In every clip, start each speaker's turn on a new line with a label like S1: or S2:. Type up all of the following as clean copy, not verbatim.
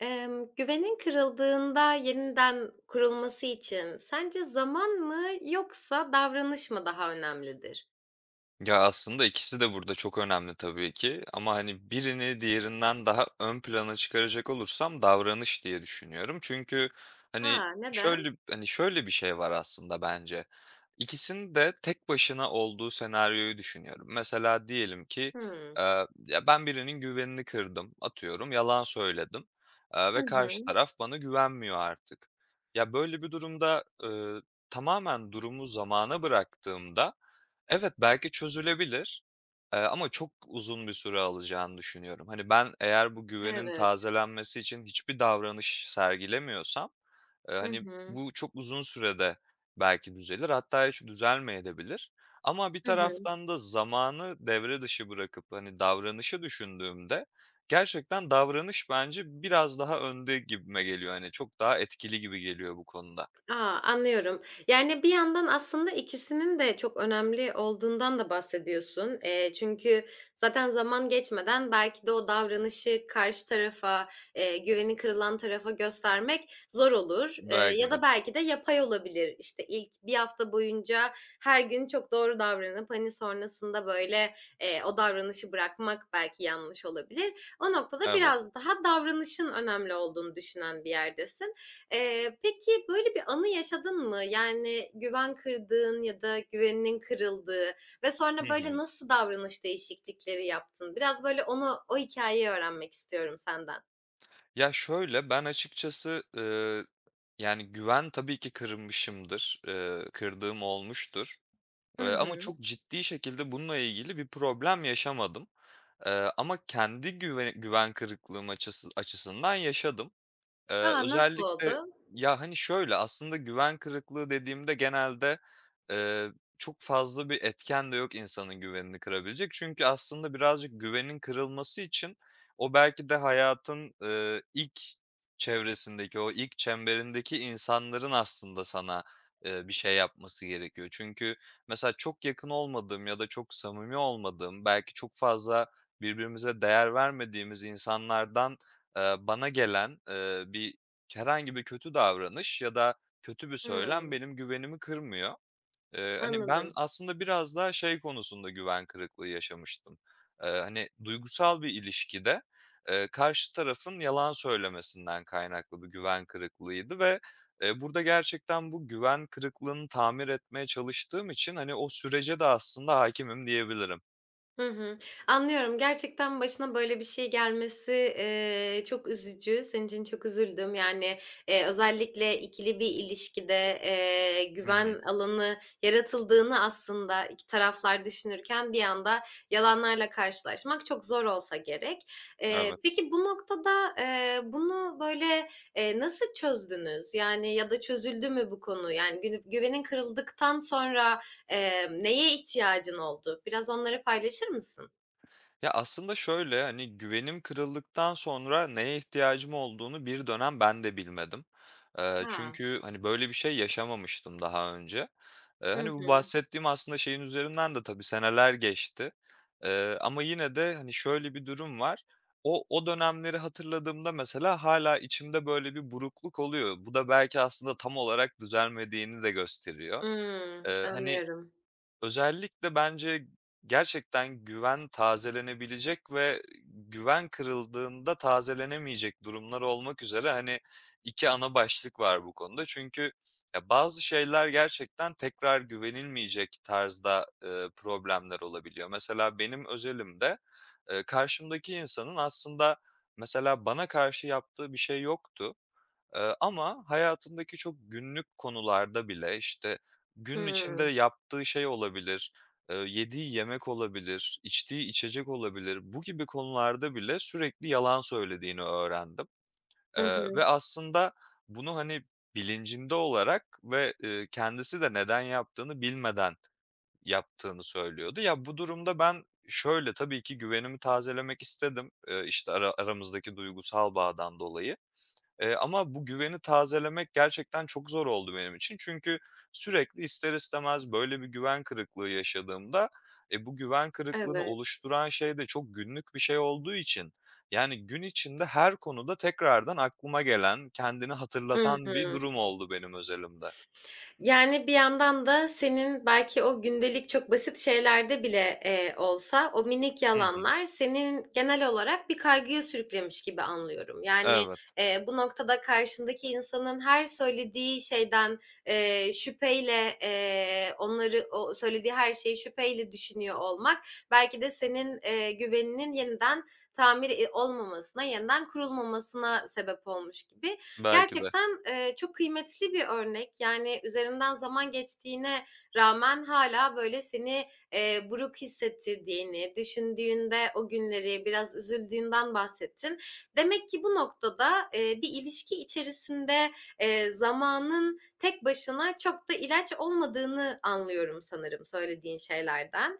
S1: Güvenin kırıldığında yeniden kurulması için sence zaman mı yoksa davranış mı daha önemlidir?
S2: Ya, aslında ikisi de burada çok önemli tabii ki ama, hani, birini diğerinden daha ön plana çıkaracak olursam davranış diye düşünüyorum. Çünkü, hani,
S1: A! Neden?
S2: hani, şöyle bir şey var aslında bence. İkisinin de tek başına olduğu senaryoyu düşünüyorum. Mesela diyelim ki,
S1: Hımm.
S2: ya, ben birinin güvenini kırdım, atıyorum, yalan söyledim,
S1: Hı
S2: ve
S1: hı.
S2: karşı taraf bana güvenmiyor artık. Ya, böyle bir durumda, tamamen durumu zamana bıraktığımda evet, belki çözülebilir, ama çok uzun bir süre alacağını düşünüyorum. Hani, ben eğer bu güvenin
S1: Evet.
S2: tazelenmesi için hiçbir davranış sergilemiyorsam,
S1: Hı
S2: hani,
S1: hı.
S2: bu çok uzun sürede belki düzelir, hatta hiç düzelmeyebilir. Ama bir
S1: Hı hı.
S2: taraftan da zamanı devre dışı bırakıp, hani, davranışı düşündüğümde gerçekten davranış bence biraz daha önde gibime geliyor. Hani, çok daha etkili gibi geliyor bu konuda.
S1: A, anlıyorum. Yani, bir yandan aslında ikisinin de çok önemli olduğundan da bahsediyorsun. Çünkü zaten zaman geçmeden belki de o davranışı karşı tarafa, güveni kırılan tarafa göstermek zor olur,
S2: Belki
S1: ya
S2: de.
S1: da belki de yapay olabilir. İşte, ilk bir hafta boyunca her gün çok doğru davranıp, hani, sonrasında, böyle, o davranışı bırakmak belki yanlış olabilir. O noktada
S2: Evet.
S1: biraz daha davranışın önemli olduğunu düşünen bir yerdesin. Peki, böyle bir anı yaşadın mı? Yani güven kırdığın ya da güveninin kırıldığı ve
S2: Hı
S1: sonra böyle
S2: hı.
S1: nasıl davranış değişiklikleri yaptın? Biraz böyle onu, o hikayeyi öğrenmek istiyorum senden.
S2: Ya, şöyle, ben açıkçası, yani, güven tabii ki kırmışımdır, kırdığım olmuştur,
S1: Hı
S2: ama
S1: hı.
S2: çok ciddi şekilde bununla ilgili bir problem yaşamadım. Ama kendi güven kırıklığım açısından yaşadım.
S1: A, nasıl
S2: Özellikle
S1: oldu?
S2: ya, hani, şöyle, aslında güven kırıklığı dediğimde genelde, eee, çok fazla bir etken de yok insanın güvenini kırabilecek. Çünkü aslında birazcık güvenin kırılması için o belki de hayatın, ilk çevresindeki, o ilk çemberindeki insanların aslında sana, bir şey yapması gerekiyor. Çünkü mesela çok yakın olmadığım ya da çok samimi olmadığım, belki çok fazla birbirimize değer vermediğimiz insanlardan bana gelen, herhangi bir kötü davranış ya da kötü bir söylem
S1: Hımm,
S2: benim güvenimi kırmıyor. Hani, ben
S1: Anladım.
S2: aslında biraz daha şey konusunda güven kırıklığı yaşamıştım. Hani, duygusal bir ilişkide, karşı tarafın yalan söylemesinden kaynaklı bir güven kırıklığıydı ve, burada gerçekten bu güven kırıklığını tamir etmeye çalıştığım için, hani, o sürece de aslında hakimim diyebilirim.
S1: Hı hı. Anlıyorum. Gerçekten başına böyle bir şey gelmesi, çok üzücü. Senin için çok üzüldüm. Yani, özellikle ikili bir ilişkide,
S2: Hı hı.
S1: güven alanı yaratıldığını aslında 2 taraflar düşünürken bir anda yalanlarla karşılaşmak çok zor olsa gerek.
S2: Evet.
S1: Peki bu noktada, bunu böyle, nasıl çözdünüz? Yani ya da çözüldü mü bu konu? Yani günü güvenin kırıldıktan sonra, neye ihtiyacın oldu? Biraz onları paylaşır mısın?
S2: Ya, aslında şöyle, hani, güvenim kırıldıktan sonra neye ihtiyacım olduğunu bir dönem ben de bilmedim.
S1: A!
S2: Çünkü, hani, böyle bir şey yaşamamıştım daha önce.
S1: Hı
S2: Hani, bu
S1: hı.
S2: bahsettiğim aslında şeyin üzerinden de tabii seneler geçti. Ama yine de, hani, şöyle bir durum var. O dönemleri hatırladığımda mesela hala içimde böyle bir burukluk oluyor. Bu da belki aslında tam olarak düzelmediğini de gösteriyor. Hani,
S1: Anlıyorum.
S2: özellikle bence gerçekten güven tazelenebilecek ve güven kırıldığında tazelenemeyecek durumlar olmak üzere, hani, 2 ana başlık var bu konuda. Çünkü ya, bazı şeyler gerçekten tekrar güvenilmeyecek tarzda, problemler olabiliyor. Mesela benim özelimde, karşımdaki insanın aslında mesela bana karşı yaptığı bir şey yoktu. Ama hayatındaki çok günlük konularda bile, işte, günün içinde
S1: Hımm.
S2: yaptığı şey olabilir, yediği yemek olabilir, içtiği içecek olabilir. Bu gibi konularda bile sürekli yalan söylediğini öğrendim,
S1: Hı hı.
S2: ve aslında bunu, hani, bilincinde olarak ve, kendisi de neden yaptığını bilmeden yaptığını söylüyordu. Ya, bu durumda ben şöyle, tabii ki güvenimi tazelemek istedim, işte, aramızdaki duygusal bağdan dolayı. Ama bu güveni tazelemek gerçekten çok zor oldu benim için. Çünkü sürekli ister istemez böyle bir güven kırıklığı yaşadığımda, bu güven kırıklığını
S1: Evet.
S2: oluşturan şey de çok günlük bir şey olduğu için, yani gün içinde her konuda tekrardan aklıma gelen, kendini
S1: Hı
S2: hatırlatan bir
S1: hı.
S2: durum oldu benim özelimde.
S1: Yani, bir yandan da senin belki o gündelik çok basit şeylerde bile, olsa o minik
S2: Hı hı.
S1: yalanlar senin genel olarak bir kaygıya sürüklemiş gibi anlıyorum. Yani,
S2: Evet,
S1: bu noktada karşındaki insanın her söylediği şeyden, şüpheyle, onları o söylediği her şeyi şüpheyle düşünüyor olmak belki de senin, güveninin yeniden tamir, olmamasına, yeniden kurulmamasına sebep olmuş gibi.
S2: belki de.
S1: Gerçekten, çok kıymetli bir örnek. Yani, üzerinden zaman geçtiğine rağmen hala böyle, seni, buruk hissettirdiğini, düşündüğünde o günleri, biraz üzüldüğünden bahsettin. Demek ki bu noktada, bir ilişki içerisinde, zamanın tek başına çok da ilaç olmadığını anlıyorum sanırım söylediğin şeylerden.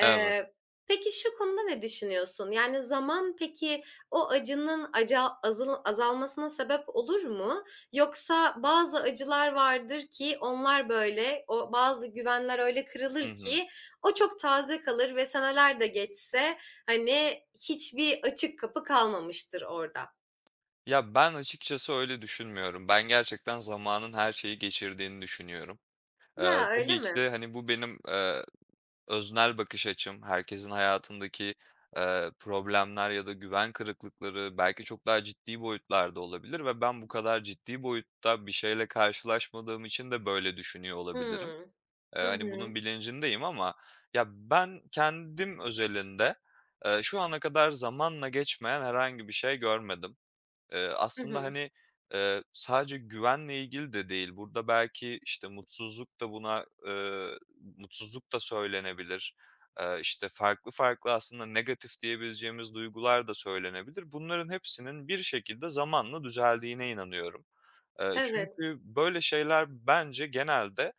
S2: Evet.
S1: peki şu konuda ne düşünüyorsun? Yani, zaman peki, o acının aca azal azalmasına sebep olur mu? Yoksa bazı acılar vardır ki onlar böyle, o bazı güvenler öyle
S2: Hı
S1: kırılır
S2: hı.
S1: ki o çok taze kalır ve seneler de geçse, hani, hiçbir açık kapı kalmamıştır orada.
S2: Ya, ben açıkçası öyle düşünmüyorum. Ben gerçekten zamanın her şeyi geçirdiğini düşünüyorum.
S1: Ya, öyle
S2: Tabii ki
S1: mi?
S2: de, hani, bu benim öznel bakış açım, herkesin hayatındaki, problemler ya da güven kırıklıkları belki çok daha ciddi boyutlarda olabilir ve ben bu kadar ciddi boyutta bir şeyle karşılaşmadığım için de böyle düşünüyor olabilirim.
S1: Hımm. Hı
S2: Hani,
S1: hı.
S2: bunun bilincindeyim ama ya, ben kendim özelinde, şu ana kadar zamanla geçmeyen herhangi bir şey görmedim.
S1: Hı
S2: Aslında,
S1: hı.
S2: hani, sadece güvenle ilgili de değil. Burada belki, işte, mutsuzluk da söylenebilir. İşte, farklı farklı aslında negatif diyebileceğimiz duygular da söylenebilir. Bunların hepsinin bir şekilde zamanla düzeldiğine inanıyorum.
S1: Evet.
S2: Çünkü böyle şeyler bence genelde,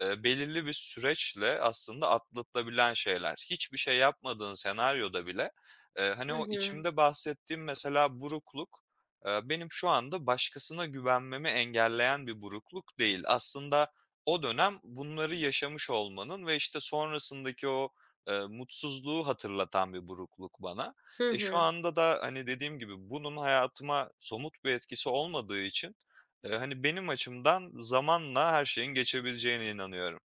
S2: belirli bir süreçle aslında atlatılabilen şeyler. Hiçbir şey yapmadığın senaryoda bile, hani,
S1: Hı
S2: o
S1: hı.
S2: içimde bahsettiğim mesela burukluk, benim şu anda başkasına güvenmemi engelleyen bir burukluk değil. Aslında o dönem bunları yaşamış olmanın ve, işte, sonrasındaki o, mutsuzluğu hatırlatan bir burukluk bana.
S1: Hı
S2: Şu
S1: hı.
S2: anda da, hani, dediğim gibi bunun hayatıma somut bir etkisi olmadığı için, hani, benim açımdan zamanla her şeyin geçebileceğine inanıyorum.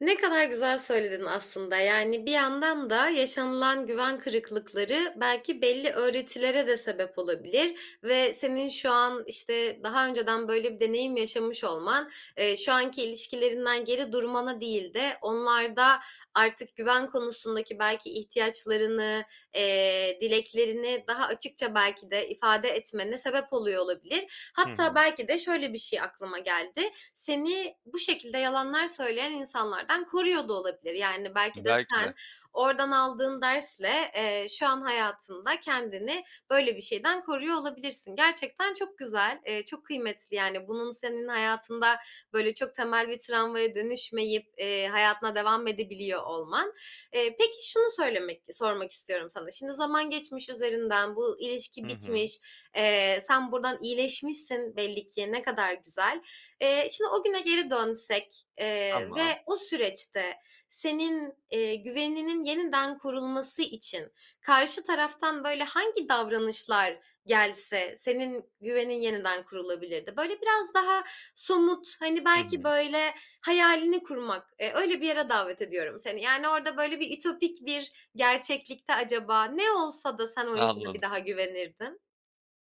S1: Ne kadar güzel söyledin aslında. Yani bir yandan da yaşanılan güven kırıklıkları belki belli öğretilere de sebep olabilir ve senin şu an, işte, daha önceden böyle bir deneyim yaşamış olman, şu anki ilişkilerinden geri durmana değil de onlarda artık güven konusundaki belki ihtiyaçlarını, dileklerini daha açıkça belki de ifade etmene sebep oluyor olabilir.
S2: Hı
S1: Hatta
S2: hı.
S1: belki de şöyle bir şey aklıma geldi seni bu şekilde yalanlar söyleyen insanlardan koruyor da olabilir. Yani belki de
S2: Belki de.
S1: sen oradan aldığın dersle, şu an hayatında kendini böyle bir şeyden koruyor olabilirsin. Gerçekten çok güzel, çok kıymetli yani bunun senin hayatında böyle çok temel bir travmaya dönüşmeyip, hayatına devam edebiliyor olman. Peki şunu söylemek sormak istiyorum sana. Şimdi zaman geçmiş üzerinden, bu
S2: Hı
S1: ilişki
S2: hı.
S1: bitmiş, sen buradan iyileşmişsin belli ki ne kadar güzel. Şimdi o güne geri dönsek,
S2: Tamam.
S1: ve o süreçte senin, güveninin yeniden kurulması için karşı taraftan böyle hangi davranışlar gelse senin güvenin yeniden kurulabilirdi? Böyle biraz daha somut, hani,
S2: Hı
S1: belki
S2: hı.
S1: böyle hayalini kurmak, öyle bir yere davet ediyorum seni. Yani orada böyle bir ütopik bir gerçeklikte acaba ne olsa da sen o insana
S2: Anladım.
S1: bir daha güvenirdin?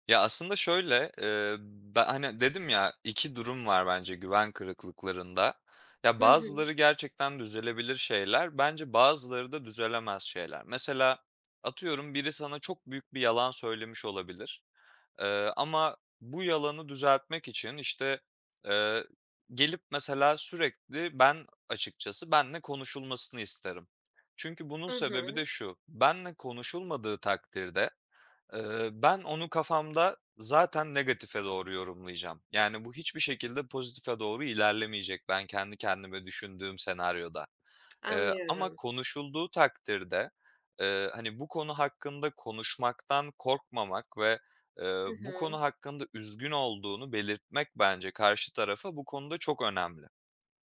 S2: Ya, aslında şöyle, ben, hani, dedim ya 2 durum var bence güven kırıklıklarında. Ya,
S1: Hı hı.
S2: bazıları gerçekten düzelebilir şeyler, bence bazıları da düzelemez şeyler. Mesela atıyorum biri sana çok büyük bir yalan söylemiş olabilir. Ama bu yalanı düzeltmek için, işte, eee, gelip mesela sürekli ben açıkçası benimle konuşulmasını isterim. Çünkü bunun
S1: Hı
S2: sebebi de
S1: hı.
S2: şu: benle konuşulmadığı takdirde ben onu kafamda zaten negatife doğru yorumlayacağım. Yani, bu hiçbir şekilde pozitife doğru ilerlemeyecek ben kendi kendime düşündüğüm senaryoda. Ama
S1: Anlıyorum.
S2: konuşulduğu takdirde, hani, bu konu hakkında konuşmaktan korkmamak ve,
S1: Hı
S2: bu
S1: hı.
S2: konu hakkında üzgün olduğunu belirtmek bence karşı tarafa bu konuda çok önemli.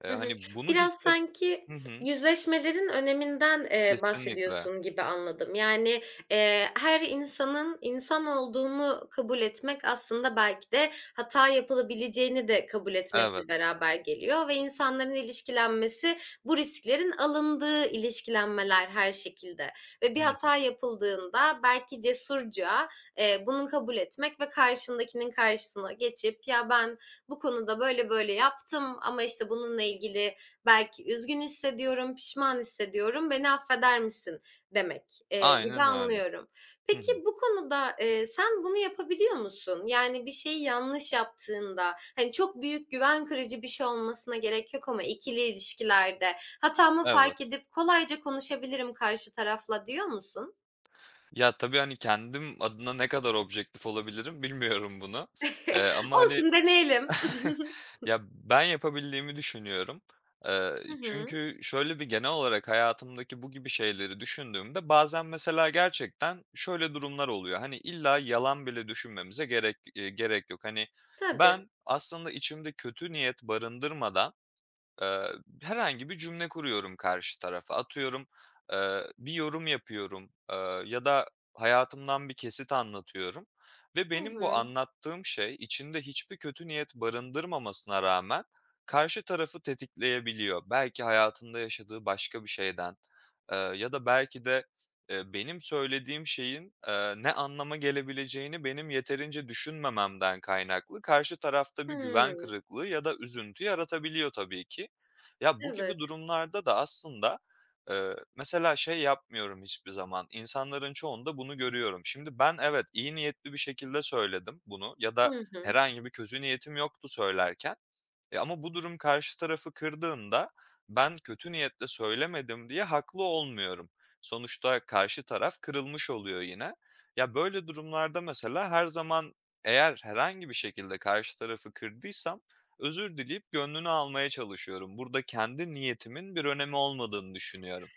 S1: Hı hı.
S2: Hani, bunu
S1: Biraz
S2: hisset.
S1: sanki
S2: Hı hı.
S1: yüzleşmelerin öneminden,
S2: Kesinlikle.
S1: bahsediyorsun gibi anladım. Yani, her insanın insan olduğunu kabul etmek aslında belki de hata yapılabileceğini de kabul etmekle
S2: Evet.
S1: beraber geliyor ve insanların ilişkilenmesi bu risklerin alındığı ilişkilenmeler her şekilde ve
S2: Hı
S1: bir
S2: hı.
S1: hata yapıldığında belki cesurca, bunu kabul etmek ve karşındakinin karşısına geçip "Ya, ben bu konuda böyle böyle yaptım ama işte bununla ilgili belki üzgün hissediyorum, pişman hissediyorum, beni affeder misin demek, gibi
S2: Aynen öyle.
S1: anlıyorum.
S2: Hı hı.
S1: Peki bu konuda, sen bunu yapabiliyor musun? Yani bir şeyi yanlış yaptığında, hani, çok büyük güven kırıcı bir şey olmasına gerek yok ama ikili ilişkilerde hatamı
S2: Evet.
S1: fark edip kolayca konuşabilirim karşı tarafla diyor musun?
S2: Ya, tabii, hani, kendim adına ne kadar objektif olabilirim bilmiyorum bunu. Ama, hani,
S1: Olsun deneyelim.
S2: ya, ben yapabildiğimi düşünüyorum.
S1: Hı hı.
S2: Çünkü şöyle bir genel olarak hayatımdaki bu gibi şeyleri düşündüğümde bazen mesela gerçekten şöyle durumlar oluyor. Hani, illa yalan bile düşünmemize gerek yok. Hani,
S1: Tabii.
S2: ben aslında içimde kötü niyet barındırmadan Eee, herhangi bir cümle kuruyorum karşı tarafa. Atıyorum, bir yorum yapıyorum, ya da hayatımdan bir kesit anlatıyorum ve
S1: Hı
S2: benim bu
S1: hı.
S2: anlattığım şey içinde hiçbir kötü niyet barındırmamasına rağmen karşı tarafı tetikleyebiliyor. Belki hayatında yaşadığı başka bir şeyden, ya da belki de, benim söylediğim şeyin, ne anlama gelebileceğini benim yeterince düşünmememden kaynaklı karşı tarafta bir güven
S1: Hımm.
S2: kırıklığı ya da üzüntü yaratabiliyor tabii ki. Ya, bu gibi
S1: Evet.
S2: durumlarda da aslında, mesela şey yapmıyorum hiçbir zaman, insanların çoğunda bunu görüyorum. Şimdi ben evet, iyi niyetli bir şekilde söyledim bunu ya da
S1: Hı hı.
S2: herhangi bir kötü niyetim yoktu söylerken ama bu durum karşı tarafı kırdığında ben kötü niyetle söylemedim diye haklı olmuyorum. Sonuçta karşı taraf kırılmış oluyor yine. Ya, böyle durumlarda mesela her zaman eğer herhangi bir şekilde karşı tarafı kırdıysam özür dileyip gönlünü almaya çalışıyorum. Burada kendi niyetimin bir önemi olmadığını düşünüyorum.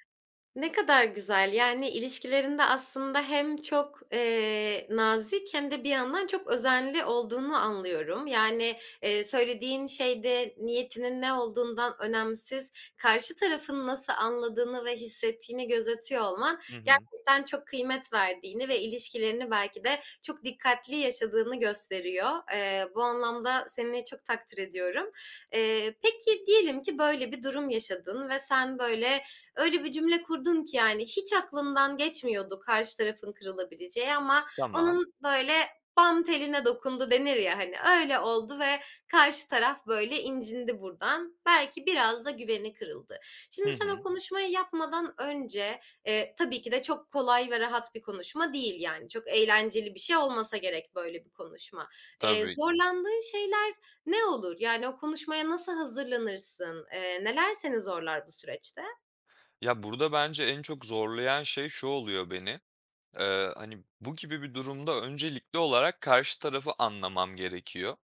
S1: Ne kadar güzel. Yani ilişkilerinde aslında hem çok, nazik hem de bir yandan çok özenli olduğunu anlıyorum. Yani, söylediğin şeyde niyetinin ne olduğundan önemsiz, karşı tarafın nasıl anladığını ve hissettiğini gözetiyor olman
S2: Hı hı.
S1: gerçekten çok kıymet verdiğini ve ilişkilerini belki de çok dikkatli yaşadığını gösteriyor. Bu anlamda seni çok takdir ediyorum. Peki diyelim ki böyle bir durum yaşadın ve sen böyle, öyle bir cümle kurdun ki yani hiç aklından geçmiyordu karşı tarafın kırılabileceği ama
S2: Tamam.
S1: onun böyle bam teline dokundu denir ya hani öyle oldu ve karşı taraf böyle incindi buradan. Belki biraz da güveni kırıldı.
S2: Hı
S1: Şimdi sen o
S2: hı.
S1: konuşmayı yapmadan önce tabii ki de çok kolay ve rahat bir konuşma değil yani. Çok eğlenceli bir şey olmasa gerek böyle bir konuşma.
S2: Tabii.
S1: Zorlandığın şeyler ne olur? Yani o konuşmaya nasıl hazırlanırsın? Neler seni zorlar bu süreçte?
S2: Ya, burada bence en çok zorlayan şey şu oluyor beni. Hani, bu gibi bir durumda öncelikli olarak karşı tarafı anlamam gerekiyor,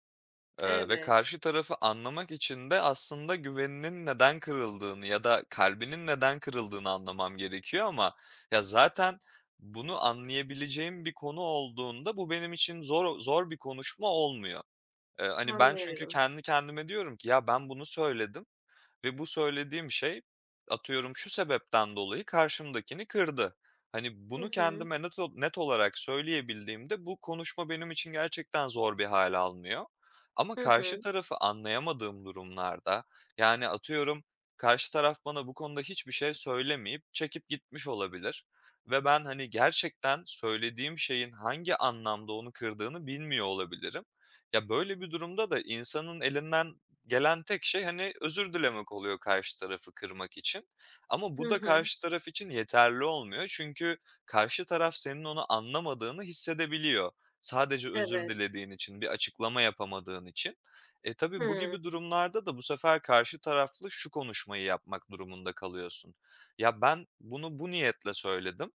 S2: ve
S1: Evet,
S2: karşı tarafı anlamak için de aslında güveninin neden kırıldığını ya da kalbinin neden kırıldığını anlamam gerekiyor ama ya, zaten bunu anlayabileceğim bir konu olduğunda bu benim için zor bir konuşma olmuyor. Hani, ben çünkü
S1: anlıyorum.
S2: kendi kendime diyorum ki, "Ya, ben bunu söyledim ve bu söylediğim şey, atıyorum, şu sebepten dolayı karşımdakini kırdı." Hani,
S1: Hı
S2: bunu
S1: hı.
S2: kendime net olarak söyleyebildiğimde bu konuşma benim için gerçekten zor bir hale almıyor. Ama
S1: Hı
S2: karşı
S1: hı.
S2: tarafı anlayamadığım durumlarda, yani, atıyorum, karşı taraf bana bu konuda hiçbir şey söylemeyip çekip gitmiş olabilir ve ben, hani, gerçekten söylediğim şeyin hangi anlamda onu kırdığını bilmiyor olabilirim. Ya, böyle bir durumda da insanın elinden gelen tek şey, hani, özür dilemek oluyor karşı tarafı kırmak için ama
S1: Hı
S2: bu da
S1: hı.
S2: karşı taraf için yeterli olmuyor. Çünkü karşı taraf senin onu anlamadığını hissedebiliyor. Sadece özür
S1: Evet.
S2: dilediğin için, bir açıklama yapamadığın için. Tabii bu
S1: Hıı.
S2: gibi durumlarda da bu sefer karşı taraflı şu konuşmayı yapmak durumunda kalıyorsun. "Ya, ben bunu bu niyetle söyledim.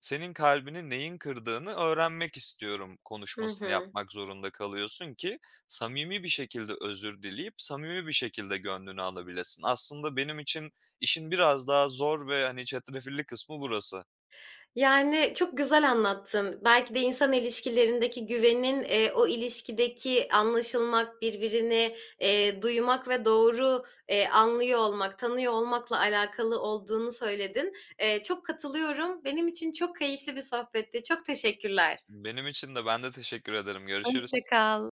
S2: Senin kalbini neyin kırdığını öğrenmek istiyorum."
S1: Hı
S2: konuşmasını
S1: hı.
S2: yapmak zorunda kalıyorsun ki samimi bir şekilde özür dileyip samimi bir şekilde gönlünü alabilesin. Aslında benim için işin biraz daha zor ve, hani, çetrefilli kısmı burası.
S1: Yani, çok güzel anlattın. Belki de insan ilişkilerindeki güvenin, o ilişkideki anlaşılmak, birbirini, duymak ve doğru, anlıyor olmak, tanıyor olmakla alakalı olduğunu söyledin. Çok katılıyorum. Benim için çok keyifli bir sohbetti. Çok teşekkürler.
S2: Benim için de. Ben de teşekkür ederim.
S1: Hoşça
S2: Görüşürüz.
S1: kal.